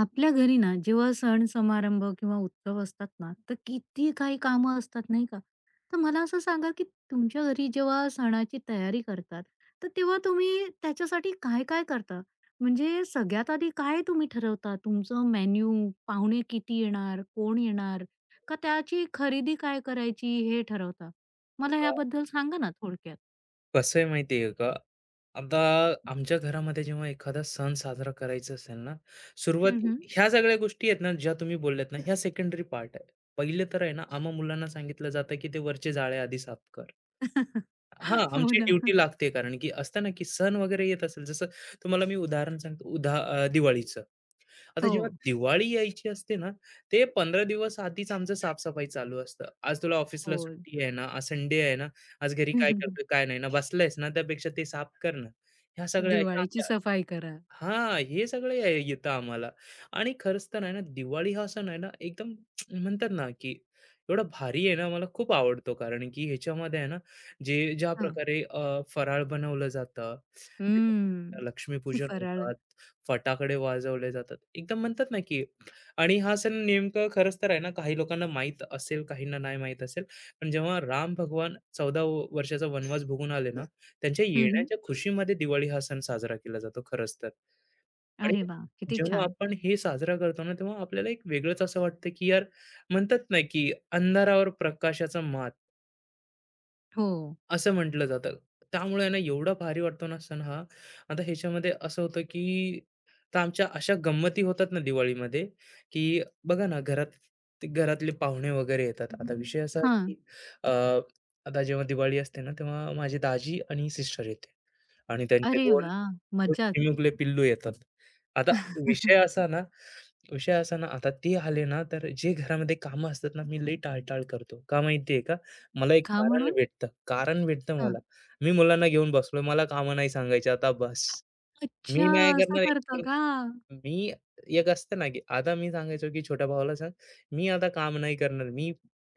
आपल्या घरी ना जेव्हा सण समारंभ किंवा उत्सव असतात ना, तर किती काही कामं असतात नाही का? तर मला असं सांगा, की तुमच्या घरी जेव्हा सणाची तयारी करतात, तर तेव्हा तुम्ही त्याच्यासाठी काय-काय करता? म्हणजे सगळ्यात आधी काय तुम्ही ठरवता? तुमचं मेन्यू, पाहुणे किती येणार, कोण येणार, का त्याची खरेदी काय करायची हे ठरवता? मला अ, ह्याबद्दल सांगा ना थोडक्यात? कसं आहे माहिती आहे का? आता आमच्या घरामध्ये जेव्हा एखादा सण साजरा करायचा असेल ना, सुरुवात हं. ह्या सगळ्या गोष्टी आहेत ना, ज्या तुम्ही बोलल्यात ना, ह्या सेकंडरी पार्ट आहे. पहिले तर आहे ना, आम्हा मुलांना सांगितलं जातं, की "ते वरचे जाळे आधी साफ कर." हां, हो आमची ना. ड्युटी लागते कारण की असतं ना, की सण वगैरे येत असेल, जसं तुम्हाला मी उदाहरण सांगतो दिवाळीचं. आता हो, जेव्हा दिवाळी यायची असते ना, ते 15 दिवस आधीच आमचं साफ चालू असतं. आज तुला ऑफिसला हो. सुट्टी आहे ना, आज संडे आहे ना, आज घरी काय करतोय, काय नाही ना, बसलायस ना, त्यापेक्षा ते साफ कर ना. ह्या सगळ्या दिवाळीची ह्या सफाई करा. हां, हे सगळं येतं आम्हाला. आणि खरंच तर आहे ना, दिवाळी हा सण आहे ना, एकदम म्हणतात ना, की एवढा भारी आहे ना, मला खूप आवडतो. कारण की ह्याच्यामध्ये आहे ना, ज्या प्रकारे फराळ बनवलं जातं, त्याच्यानंतर हम्म. लक्ष्मीपूजन फराळ. होतात, फटाकडे वाजवले जातात. एकदम म्हणतात ना, की आणि हा सण नेमकं खरंच तर आहे ना, काही लोकांना माहीत असेल, काहींना नाही माहीत असेल. पण जेव्हा राम भगवान 14 वर्षाचा वनवास भोगून आले ना, त्यांच्या हं, हं. येण्याच्या खुशीमध्ये दिवाळी हा सण साजरा केला जातो खरंच तर. आणि अरे वा. किती जेव्हा छान. आपण हे साजरा करतो ना, तेव्हा आपल्याला एक वेगळंच असं वाटतं, की यार म्हणतात ना, की अंधारावर प्रकाशाचा मात. हो. असं म्हटलं जातं. त्यामुळे आहे ना एवढा भारी वाटतो ना सण हा. आता ह्याच्यामध्ये असं होतं, की आता आमच्या अशा गंमती होतात ना दिवाळीमध्ये, की बघा ना घरात ते घरातले पाहुणे वगैरे येतात. आता विषय असा की हां. अ, आता जेव्हा दिवाळी असते ना, तेव्हा माझी दाजी आणि सिस्टर येते आणि त्यांचे अरे 2 वा. 2 मज्जाच. चिमुकले पिल्लू येतात. आता विषय का? असा ना विषय असा ना, आता ते आले ना, तर जे घरामध्ये कामं असतात ना, मी लई टाळटाळ करतो. का माहिती का? मला एक कारण म्हणून? भेटतं. कारण भेटतं हां. मला. मी मुलांना घेऊन बसलोय. मला कामं नाही सांगायची आता बस. मी अच्छा. नाही असं करणार एक करतं पण का? मी एक असतं ना, की आता मी सांगायचो, की छोट्या भावाला सांग, "मी आता काम नाही करणार. मी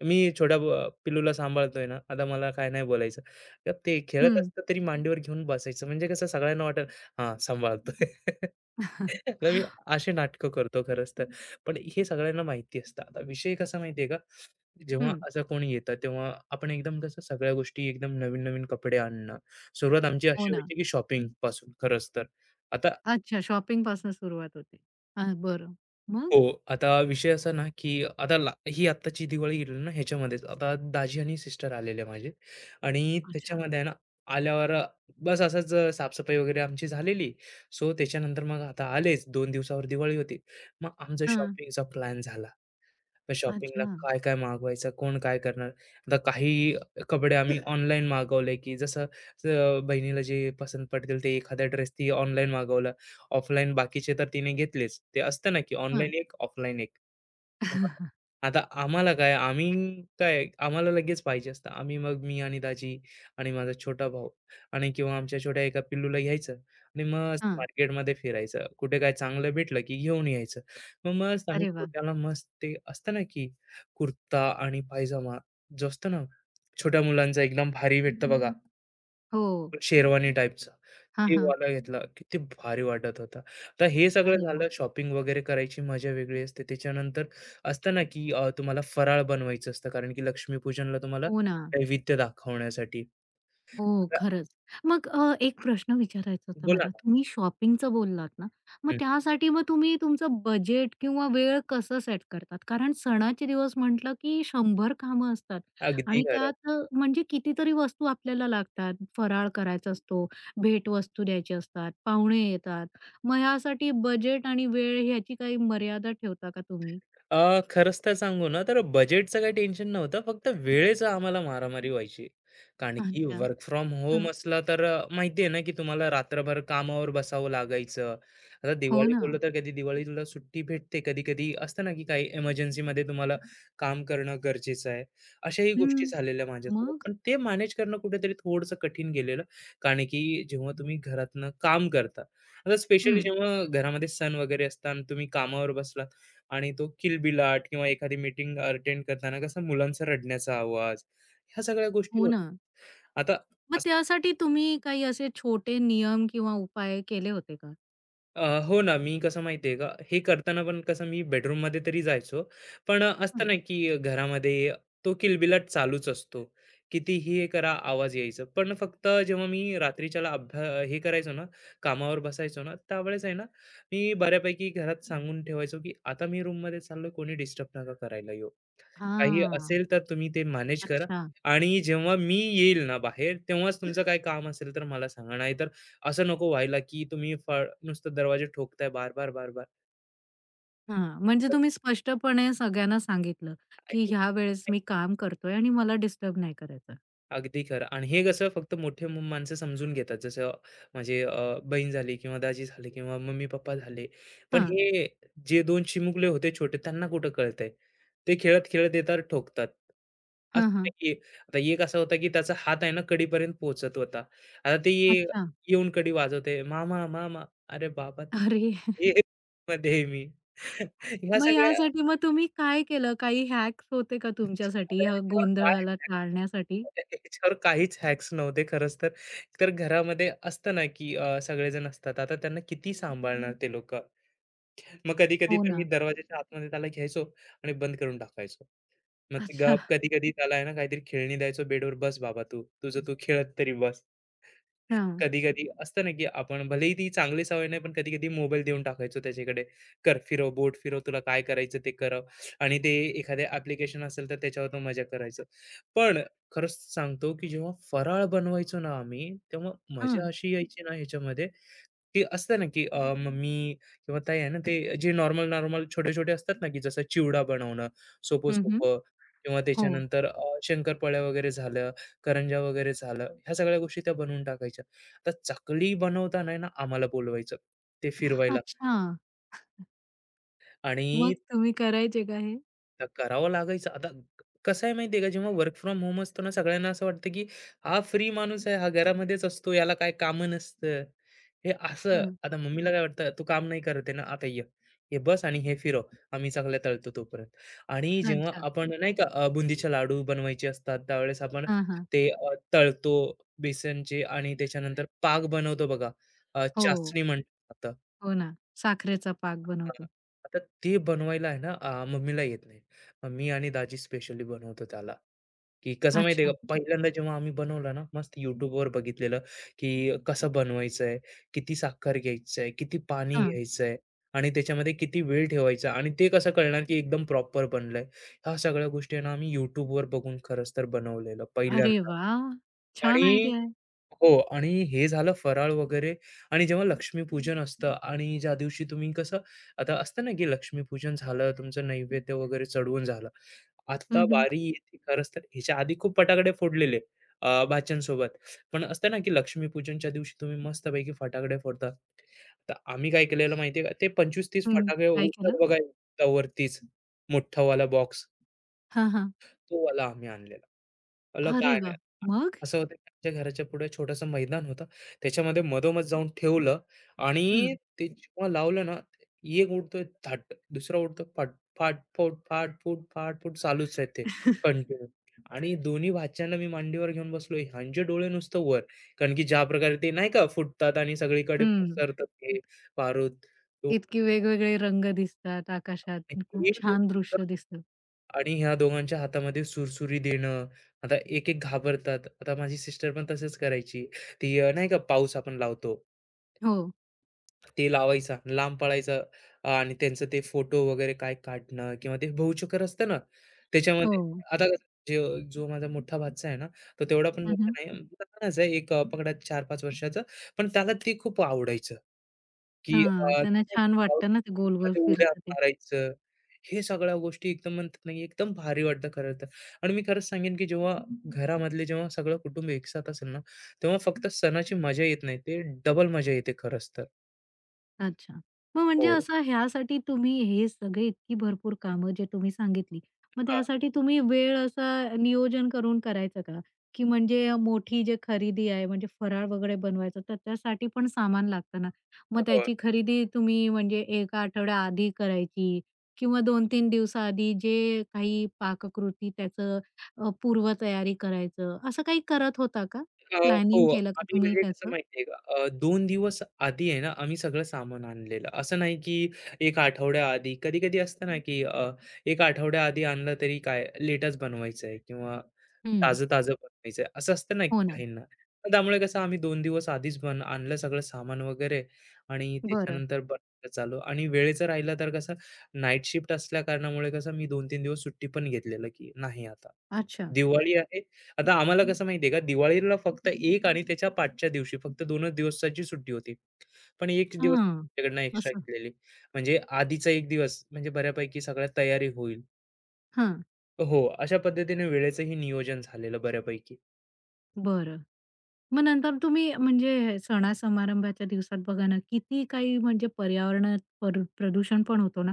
मी छोट्या पिल्लूला सांभाळतोय ना, आता मला काय नाही बोलायचं." तर ते खेळत हं. असतं तरी मांडीवर घेऊन बसायचं. म्हणजे कसं सगळ्यांना वाटेल, "हां, सांभाळतोय." हं. तर मी अशी नाटकं करतो खरंच तर. पण हे सगळ्यांना माहिती असतं. आता विषय कसा माहिती का? जेव्हा असं कोणी येतं तेव्हा आपण एकदम कसं सगळ्या गोष्टी एकदम नवीन नवीन कपडे आणणं. सुरुवात आमची हो अशी ना. व्हायची की शॉपिंगपासून खरंच तर. आता अच्छा, शॉपिंगपासून सुरुवात होते. हां, बरं. मग? हो, आता विषय असा ना की आता ला ही आत्ताची दिवाळी गेली ना ह्याच्यामध्येच. आता दाजी आणि सिस्टर आलेले माझे आणि अच्छा. त्याच्यामध्ये आहे ना आल्यावर बस असंच साफ वगैरे आमची झालेली. सो त्याच्यानंतर मग आता आलेच 2 दिवसावर दिवाळी होती. मग आमचा हां. शॉपिंगचा प्लॅन झाला. मग शॉपिंगला अच्छा. काय काय मागवायचं, कोण काय करणार. आता काही कपडे आम्ही ऑनलाईन मागवले, की जसं बहिणीला जे पसंत पडतील ते एखादा ड्रेस ती ऑनलाईन मागवला. ऑफलाईन बाकीचे तर तिने घेतलेच. ते असतं ना, की हां, ऑनलाईन एक, ऑफलाईन एक. आता आम्हाला काय, आम्ही काय आम्हाला लगेच पाहिजे असतं. आम्ही मग मी आणि दाजी आणि माझा छोटा भाऊ आणि किंवा आमच्या छोट्या एका पिल्लूला घ्यायचं आणि मग हां. मार्केटमध्ये फिरायचं. कुठे काय चांगलं भेटलं, की घेऊन यायचं. मग मस्त आम्ही अरे वा. छोट्याला मस्त ते असतं ना की कुर्ता आणि पायजामा जो असतो ना, छोट्या मुलांचा एकदम भारी भेटतं बघा, हं. हो. पण शेरवानी टाईपचं. हां, ते हां. वाला घेतला. किती भारी वाटत होता. तर हे सगळं अरे वा. झालं शॉपिंग वगैरे करायची मजा वेगळी असते. त्याच्यानंतर असतं ना की तुम्हाला फराळ बनवायचं असतं कारण की लक्ष्मीपूजनला तुम्हाला हो ना. नैवेद्य दाखवण्यासाठी. हो, तर खरंच. मग एक प्रश्न विचारायचा होता बोला मला. ना. तुम्ही शॉपिंगचं बोललात ना, मग हं. त्यासाठी मग तुम्ही तुमचं बजेट किंवा वेळ कसं सेट करतात? कारण सणाचे दिवस म्हटलं की 100 कामं असतात अगदी आणि खरं. त्यात म्हणजे कितीतरी वस्तू आपल्याला लागतात. फराळ करायचा असतो, भेटवस्तू द्यायची असतात, पाहुणे येतात. मग ह्यासाठी बजेट आणि वेळ ह्याची काही मर्यादा ठेवता का तुम्ही? खरंच तर सांगू ना, तर बजेटचं काही टेन्शन नव्हतं. फक्त वेळेचं आम्हाला मारामारी व्हायची. कारण की अच्छा. वर्क फ्रॉम होम हां. असला तर माहिती आहे ना, की तुम्हाला रात्रभर कामावर बसावं लागायचं. आता हो दिवाळी ना. बोललं तर कधी दिवाळीला सुट्टी भेटते, कधी-कधी असतं ना, की काही इमर्जन्सीमध्ये तुम्हाला काम करणं गरजेचं आहे. अशाही हं. गोष्टी झालेल्या माझ्यासोबत. मग? पण ते मॅनेज करणं कुठेतरी थोडंसं कठीण गेलेलं. कारण की जेव्हा तुम्ही घरातनं काम करता, आता स्पेशली हं. जेव्हा घरामध्ये सण वगैरे असतात तुम्ही कामावर बसला आणि तो किलबिलाट किंवा एखादी मीटिंग अटेंड करताना कसं मुलांचा रडण्याचा आवाज, ह्या सगळ्या गोष्टी हो ना. होत्या. आता मग असं त्यासाठी तुम्ही काही असे छोटे नियम किंवा उपाय केले होते का? हो ना, मी कसं माहिती का, हे करताना पण कसं मी बेडरूममध्ये तरी जायचो. पण हं. असतं ना, की घरामध्ये तो किलबिलाट चालूच असतो. कितीही हे करा, आवाज यायचं. पण फक्त जेव्हा मी रात्रीच्याला अभ्या हे करायचो ना, कामावर बसायचो ना, त्यावेळेस आहे ना, मी बऱ्यापैकी घरात सांगून ठेवायचो, की आता मी रूममध्ये चाललोय, कोणी डिस्टर्ब नका करायला येऊ. काही हां. असेल तर तुम्ही ते मॅनेज करा अच्छा. आणि जेव्हा मी येईल ना बाहेर, तेव्हाच तुमचं काही काम असेल तर मला सांगा. नाहीतर असं नको व्हायला, की तुम्ही फळ नुसतं दरवाजे ठोकताय बार-बार, बार-बार. हां. म्हणजे तुम्ही स्पष्टपणे सगळ्यांना सांगितलं, की ह्या वेळेस मी काम करतोय आणि मला डिस्टर्ब नाही करायचं. अगदी खरं आणि हे कसं फक्त मोठे माणसं समजून घेतात जसं माझे बहीण झाली किंवा दाजी झाले किंवा मम्मी पप्पा झाले पण हां. हे जे दोन चिमुकले होते छोटे त्यांना कुठं कळतंय ते खेळत खेळत येतात ठोकतात हां, असं हां. नाही की आता एक असा होता की त्याचा हात आहे ना कडीपर्यंत पोहोचत होता आता ते अच्छा. येऊन कडी वाजवते मामा मामा अरे बाबा अरे! हे मध्ये आहे मी ह्या मग सगळ्या यासाठी मग तुम्ही काय केलं? काही हॅक्स होते का आता तुमच्यासाठी ह्या गोंधळाला टाळण्यासाठी? याच्यावर काहीच हॅक्स नव्हते खरंच तर. तर घरामध्ये असतं ना, की सगळेजण असतात. आता त्यांना किती सांभाळणार ते लोकं. मग कधी-कधी हो तर ना. मी दरवाजाच्या आतमध्ये त्याला घ्यायचो आणि बंद करून टाकायचो. मग ते अच्छा. गप कधी-कधी त्याला आहे ना, काहीतरी खेळणी द्यायचो बेडवर, "बस बाबा तू, तुझं तू खेळत तरी बस." हां. कधी-कधी असतं ना, की आपण भलेही ती चांगली सवय नाही, पण कधी-कधी मोबाईल देऊन टाकायचो त्याच्याकडे. "कर, फिरव, बोट फिरव, तुला काय करायचं ते कर." आणि ते एखादे ॲप्लिकेशन असेल तर त्याच्यावर तो मजा करायचो. पण खरंच सांगतो, की जेव्हा फराळ बनवायचो ना आम्ही, तेव्हा मजा हां. अशी यायची ना ह्याच्यामध्ये, की असतं ना, की मम्मी किंवा ताई आहे ना, ते जे नॉर्मल-नॉर्मल छोटे-छोटे असतात ना, की जसं चिवडा बनवणं हं, सोपं-सोपं किंवा हो. त्याच्यानंतर शंकरपाळ्या वगैरे झालं, करंज्या वगैरे झालं, ह्या सगळ्या गोष्टी त्या बनवून टाकायच्या. तर चकली बनवताना आहे ना आम्हाला बोलवायचं ते फिरवायला अच्छा. आणि मग तुम्ही करायचे का हे? करावं लागायचं. आता कसं आहे माहिती आहे का, जेव्हा वर्क फ्रॉम होम असतो ना, सगळ्यांना असं वाटतं की हा फ्री माणूस आहे, हा घरामध्येच असतो, याला काय काम नसतं. हे असं हां. आता मम्मीला काय वाटतं, "तू काम नाही करत आहे ना, आता ये. हे बस आणि हे फिरव, आम्ही चकल्या तळतो तोपर्यंत." आणि जेव्हा अच्छा. आपण नाही का बुंदीचे लाडू बनवायचे असतात, त्यावेळेस आपण हां, हां. ते तळतो बेसनचे आणि त्याच्यानंतर पाक बनवतो बघा, हो, चासणी म्हणतात आता. हो ना. साखरेचा पाक हां. बनवतो. आता ते बनवायला आहे ना मम्मीला येत नाही. मम्मी आणि दाजी स्पेशली बनवतो त्याला, की कसं माहिती का, अच्छा. पहिल्यांदा जेव्हा आम्ही बनवलं ना, मस्त YouTubeवर बघितलेलं, की कसं बनवायचं किती साखर घ्यायचं किती पाणी हां. घ्यायचं आणि त्याच्यामध्ये किती वेळ ठेवायचा आणि ते कसं कळणार, की एकदम प्रॉपर बनलंय. ह्या सगळ्या गोष्टी आहे ना, आम्ही YouTubeवर बघून खरंच तर बनवलेलं अरे पहिल्यांदा वा, छान आणि आयडिया आहे. हो आणि हे झालं फराळ वगैरे आणि जेव्हा लक्ष्मीपूजन असतं आणि ज्या दिवशी तुम्ही कसं आता असतं ना की लक्ष्मीपूजन झालं, तुमचं नैवेद्य वगैरे चढवून झालं. आता हं, हं. बारी येते खरंच तर ह्याच्या आधी खूप फटाकडे फोडलेले भाच्यांसोबत. पण असतं ना की लक्ष्मीपूजनच्या दिवशी तुम्ही मस्तपैकी फटाकडे फोडता. तर आम्ही काय केलेलं माहिती का? ते 25-30 हं. फटाके काय केलं? उडतात बघा, वरतीच मोठावाला बॉक्स, हां, हां. तो वाला आम्ही आणलेला. म्हणलं अरे काय वाह! मग? असं होतं की आमच्या घराच्या पुढे छोटंसं मैदान होतं. त्याच्यामध्ये मधोमध जाऊन ठेवलं आणि हं. ते जेव्हा लावलं ना, एक उडतोय थाट, दुसरा उडतोय फट, फाट, फूट, फाट, फूट, फाट, फूट चालूच आहे ते कंटिन्यू. आणि दोन्ही भाच्यांना मी मांडीवर घेऊन बसलोय. ह्यांचे डोळे नुसतं वर. कारण की ज्या प्रकारे ते नाही का फुटतात आणि सगळीकडे हं. पसरतात ते बारूद. तो- इतकी वेगवेगळे रंग दिसतात आकाशात. हे खूप लोक छान एकदम दृश्य दिसतं. आणि ह्या दोघांच्या हातामध्ये सुरसुरी देणं. आता एक-एक घाबरतात. आता माझी सिस्टर पण तसंच करायची. ती नाही का पाऊस आपण लावतो, हो, ते लावायचा, लांब पळायचं आणि त्यांचं ते फोटो वगैरे काय काढणं किंवा ते भाऊचोकर असतं ना, त्याच्यामध्ये हो. आता कसं जो जो माझा मोठा भाचा आहे ना, तो तेवढा पण हं, मोठा हं. नाही, लहानच आहे एक पकडा 4-5 वर्षाचा, पण त्याला ते खूप आवडायचं. की हां. ते त्यांना नाही का छान गावाला वाटतं ना ते गोल-गोल किती उड्या फिरतं ते. मारायचं. हे सगळ्या गोष्टी एकदम म्हणतात ना, एकदम भारी वाटतं खरं तर. आणि मी खरंच सांगेन की जेव्हा घरामधले जेव्हा सगळं कुटुंब एकसाथ असेल ना, तेव्हा फक्त सणाची मजा येत नाही. ते डबल मजा येते खरंच तर. अच्छा. मग म्हणजे हो. असं ह्यासाठी तुम्ही हे सगळे इतकी भरपूर कामं जे तुम्ही सांगितली, मग हां. त्यासाठी तुम्ही वेळ असा नियोजन करून करायचं का? की म्हणजे मोठी जी खरेदी आहे म्हणजे फराळ वगैरे बनवायचं तर त्यासाठी पण सामान लागतं ना. मग हो. त्याची खरेदी तुम्ही म्हणजे 1 आठवड्या आधी करायची किंवा 2-3 दिवसाआधी जे काही पाककृती त्याचं पूर्वतयारी करायचं, असं काही करत होता का? अ, प्लॅनिंग हो. केलं का आम्ही तुम्ही म्हणजे कसं त्याचं? माहिती का, 2 दिवस आधी आहे ना, आम्ही सगळं सामान आणलेलं. असं नाही की 1 आठवड्या आधी. कधी-कधी असतं ना, की 1 आठवड्या आधी आणलं तरी काय लेटच बनवायचं आहे किंवा हं. ताजं-ताजं बनवायचं आहे. असं असतं ना, हो की ना. काहींना. मग त्यामुळे कसं आम्ही 2 दिवस आधीच बन आणलं सगळं सामान वगैरे आणि बरं. त्याच्यानंतर बनवायला चालू आणि वेळेचं राहिलं तर कसं नाईट शिफ्ट असल्या कारणामुळे कसं मी 2 तीन दिवस सुट्टी पण घेतलेलं, की नाही आता. अच्छा. दिवाळी आहे. आता आम्हाला कसं माहिती का, दिवाळीला फक्त 1 आणि त्याच्या पाठच्या दिवशी फक्त 2च दिवसाची सुट्टी होती. पण 1 दिवस हां. आमच्याकडनं एक्स्ट्रा असं. घेतलेली. म्हणजे आधीचा 1 दिवस म्हणजे बऱ्यापैकी सगळ्यात तयारी होईल. हां. हो, अशा पद्धतीने वेळेचंही नियोजन झालेलं बऱ्यापैकी. बरं. मग नंतर तुम्ही म्हणजे सणा-समारंभाच्या दिवसात बघा ना, किती काही म्हणजे पर्यावरणात प्रदूषण पण होतो ना.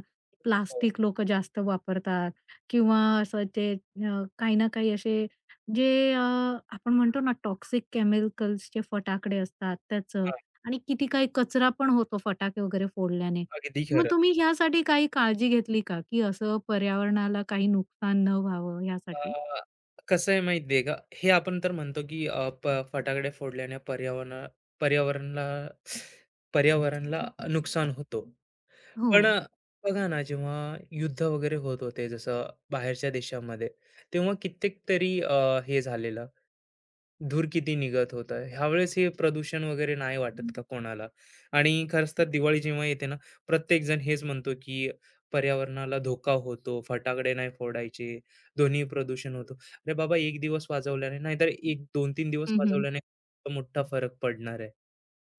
हो. प्लास्टिक लोक जास्त वापरतात किंवा असं ते काही ना काही असे जे अ, आपण म्हणतो ना टॉक्सिक केमिकल्सचे फटाकडे असतात त्याचं हां, आणि किती काही कचरा पण होतो फटाके वगैरे फोडल्याने. अगदी मग खरं. तुम्ही ह्यासाठी काही काळजी घेतली का, की असं पर्यावरणाला काही नुकसान न व्हावं अ, ह्यासाठी? कसं आहे माहिती का, हे आपण तर म्हणतो की फटाकडे फोडल्याने पर्यावरणा पर्यावरणला पर्यावरणला नुकसान होतो. हो. पण बघा ना, जेव्हा युद्ध वगैरे होत होते, जसं बाहेरच्या देशामध्ये, तेव्हा कित्येक तरी हे झालेलं. धूर किती निघत होता. ह्यावेळेस हे प्रदूषण वगैरे नाही वाटत का कोणाला? आणि खरंच तर दिवाळी जेव्हा येते ना, प्रत्येकजण हेच म्हणतो, की पर्यावरणाला धोका होतो, फटाकडे नाही फोडायचे, ध्वनी प्रदूषण होतो. अरे बाबा, 1 दिवस वाजवल्याने नाहीतर एक 2-3 दिवस हं, हं. वाजवल्याने मोठा फरक पडणार आहे.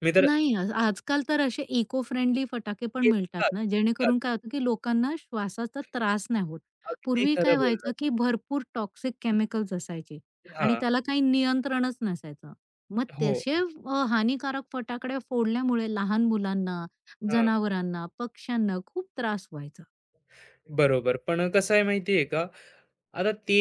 मी तर नाही, आज आजकाल तर असे इको फ्रेंडली फटाके पण तेच मिळतात हां, ना, हां, जेणेकरून काय होतं, की लोकांना श्वासाचा त्रास नाही होत. अगदी पूर्वी काय खरं व्हायचं, बोललात. की भरपूर टॉक्सिक केमिकल्स असायचे आणि हां, त्याला काही नियंत्रणच नसायचं. मग हो, तसे हानिकारक फटाकडे फोडल्यामुळे लहान मुलांना, हां, जनावरांना, पक्ष्यांना खूप त्रास व्हायचा. बरोबर. पण कसं आहे माहिती का? आता ते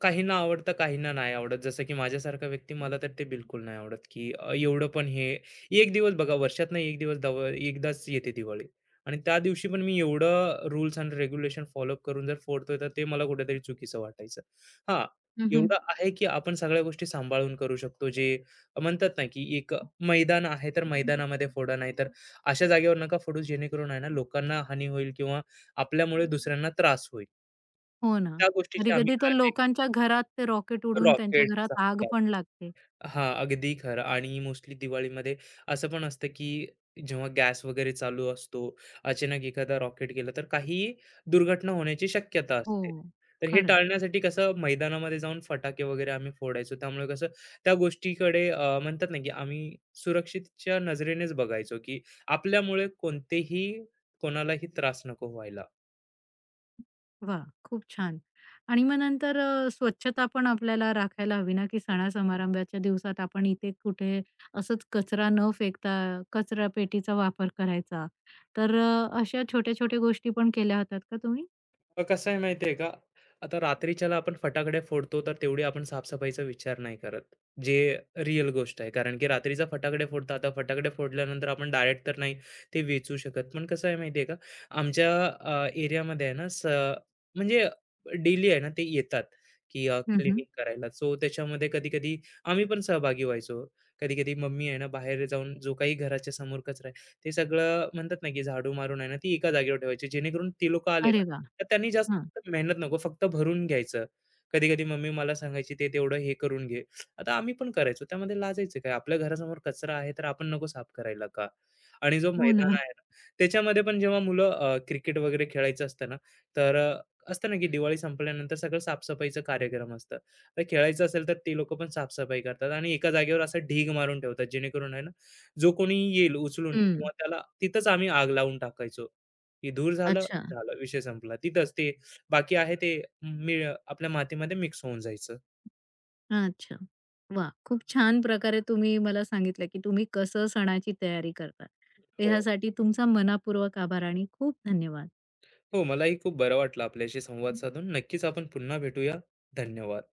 काहींना आवडतं, काहींना नाही आवडत. जसं की माझ्यासारखा व्यक्ती मला तर ते बिलकुल नाही आवडत, की एवढं पण हे एक दिवस बघा वर्षातनं एक दिवस एकदाच येते दिवाळी आणि त्या दिवशी पण मी एवढं रूल्स अँड रेग्युलेशन फॉलोअप करून जर फोडतोय, तर ते मला कुठेतरी चुकीचं वाटायचं. हां, हं, एवढं आहे की आपण सगळ्या गोष्टी सांभाळून करू शकतो. जे म्हणतात ना, की एक मैदान आहे, तर मैदानामध्ये फोडा, नाहीतर अशा जागेवर नका फोडू जेणेकरून आहे ना, लोकांना हानी होईल किंवा आपल्यामुळे दुसऱ्यांना त्रास होईल. हो ना. त्या गोष्टीची आम्ही कधी-कधी तर काळजी लोकांच्या घरात ते रॉकेट उडून त्यांच्या रॉकेट घरात आग असतात. पण लागते. हां, अगदी खरं आणि मोस्टली दिवाळीमध्ये असं पण असतं, की जेव्हा गॅस वगैरे चालू असतो, अचानक एखादा रॉकेट गेला, तर काहीही दुर्घटना होण्याची शक्यता हो, असते. तर हे खरंच. टाळण्यासाठी कसं मैदानामध्ये जाऊन फटाके वगैरे आम्ही फोडायचो. त्यामुळे कसं त्या गोष्टीकडे म्हणतात ना, की आम्ही सुरक्षितच्या नजरेनेच बघायचो, की आपल्यामुळे कोणतेही कोणालाही त्रास नको व्हायला. वा, खूप छान. आणि मग नंतर स्वच्छता पण आपल्याला राखायला हवी ना, की सणा-समारंभाच्या दिवसात आपण इथे कुठे असंच कचरा न फेकता कचरा पेटीचा वापर करायचा. तर अशा छोट्या-छोट्या गोष्टी पण केल्या होतात का तुम्ही? कसं आहे माहिती आहे का? आता रात्रीच्याला आपण फटाकडे फोडतो, तर तेवढी आपण साफसफाईचा विचार नाही करत. जे रिअल गोष्ट आहे. कारण की रात्रीचा फटाकडे फोडतो. आता फटाकडे फोडल्यानंतर आपण डायरेक्ट तर नाही ते वेचू शकत. पण कसं आहे माहिती का? आमच्या एरियामध्ये आहे ना, म्हणजे डेली आहे ना, ते येतात की हं, हं. करायला. सो त्याच्यामध्ये कधी-कधी आम्ही पण सहभागी व्हायचो. कधी-कधी मम्मी आहे ना, बाहेर जाऊन जो काही घराच्या समोर कचरा ते सगळं म्हणतात ना, की झाडू मारून आहे ना, ती एका जागेवर ठेवायची. जेणेकरून ती लोकं आले ना, अरे वाह! तर त्यांनी हां. जास्त मेहनत नको, फक्त भरून घ्यायचं. कधी-कधी मम्मी मला सांगायची, "ते तेवढं हे करून घे." आता आम्ही पण करायचो. त्यामध्ये लाजायचं काय? आपल्या घरासमोर कचरा आहे, तर आपण नको साफ करायला का? आणि जो हो मैदान ना. आहे ना, त्याच्यामध्ये पण जेव्हा मुलं क्रिकेट वगैरे खेळायचं असतं ना, तर असतं ना, की दिवाळी संपल्यानंतर सगळं साफ कार्यक्रम असतं. तर खेळायचं असेल, तर ती लोकं पण साफ करतात आणि एका जागेवर असं ढीग मारून ठेवतात. जेणेकरून आहे ना जो कोणी येईल उचलून हं. किंवा त्याला तिथंच आम्ही आग लावून टाकायचो. की धूर झालं, अच्छा. झालं विषय संपला. तिथंच ते बाकी आहे ते मी आपल्या मातीमध्ये मिक्स होऊन जायचं. अच्छा. वाह! खूप छान प्रकारे तुम्ही मला सांगितलं, की तुम्ही कसं सणाची तयारी करता. हो. ह्यासाठी तुमचा मनापूर्वक आभार आणि खूप धन्यवाद. हो, मलाही खूप बरं वाटलं आपल्याशी संवाद साधून. नक्कीच आपण पुन्हा भेटूया. धन्यवाद.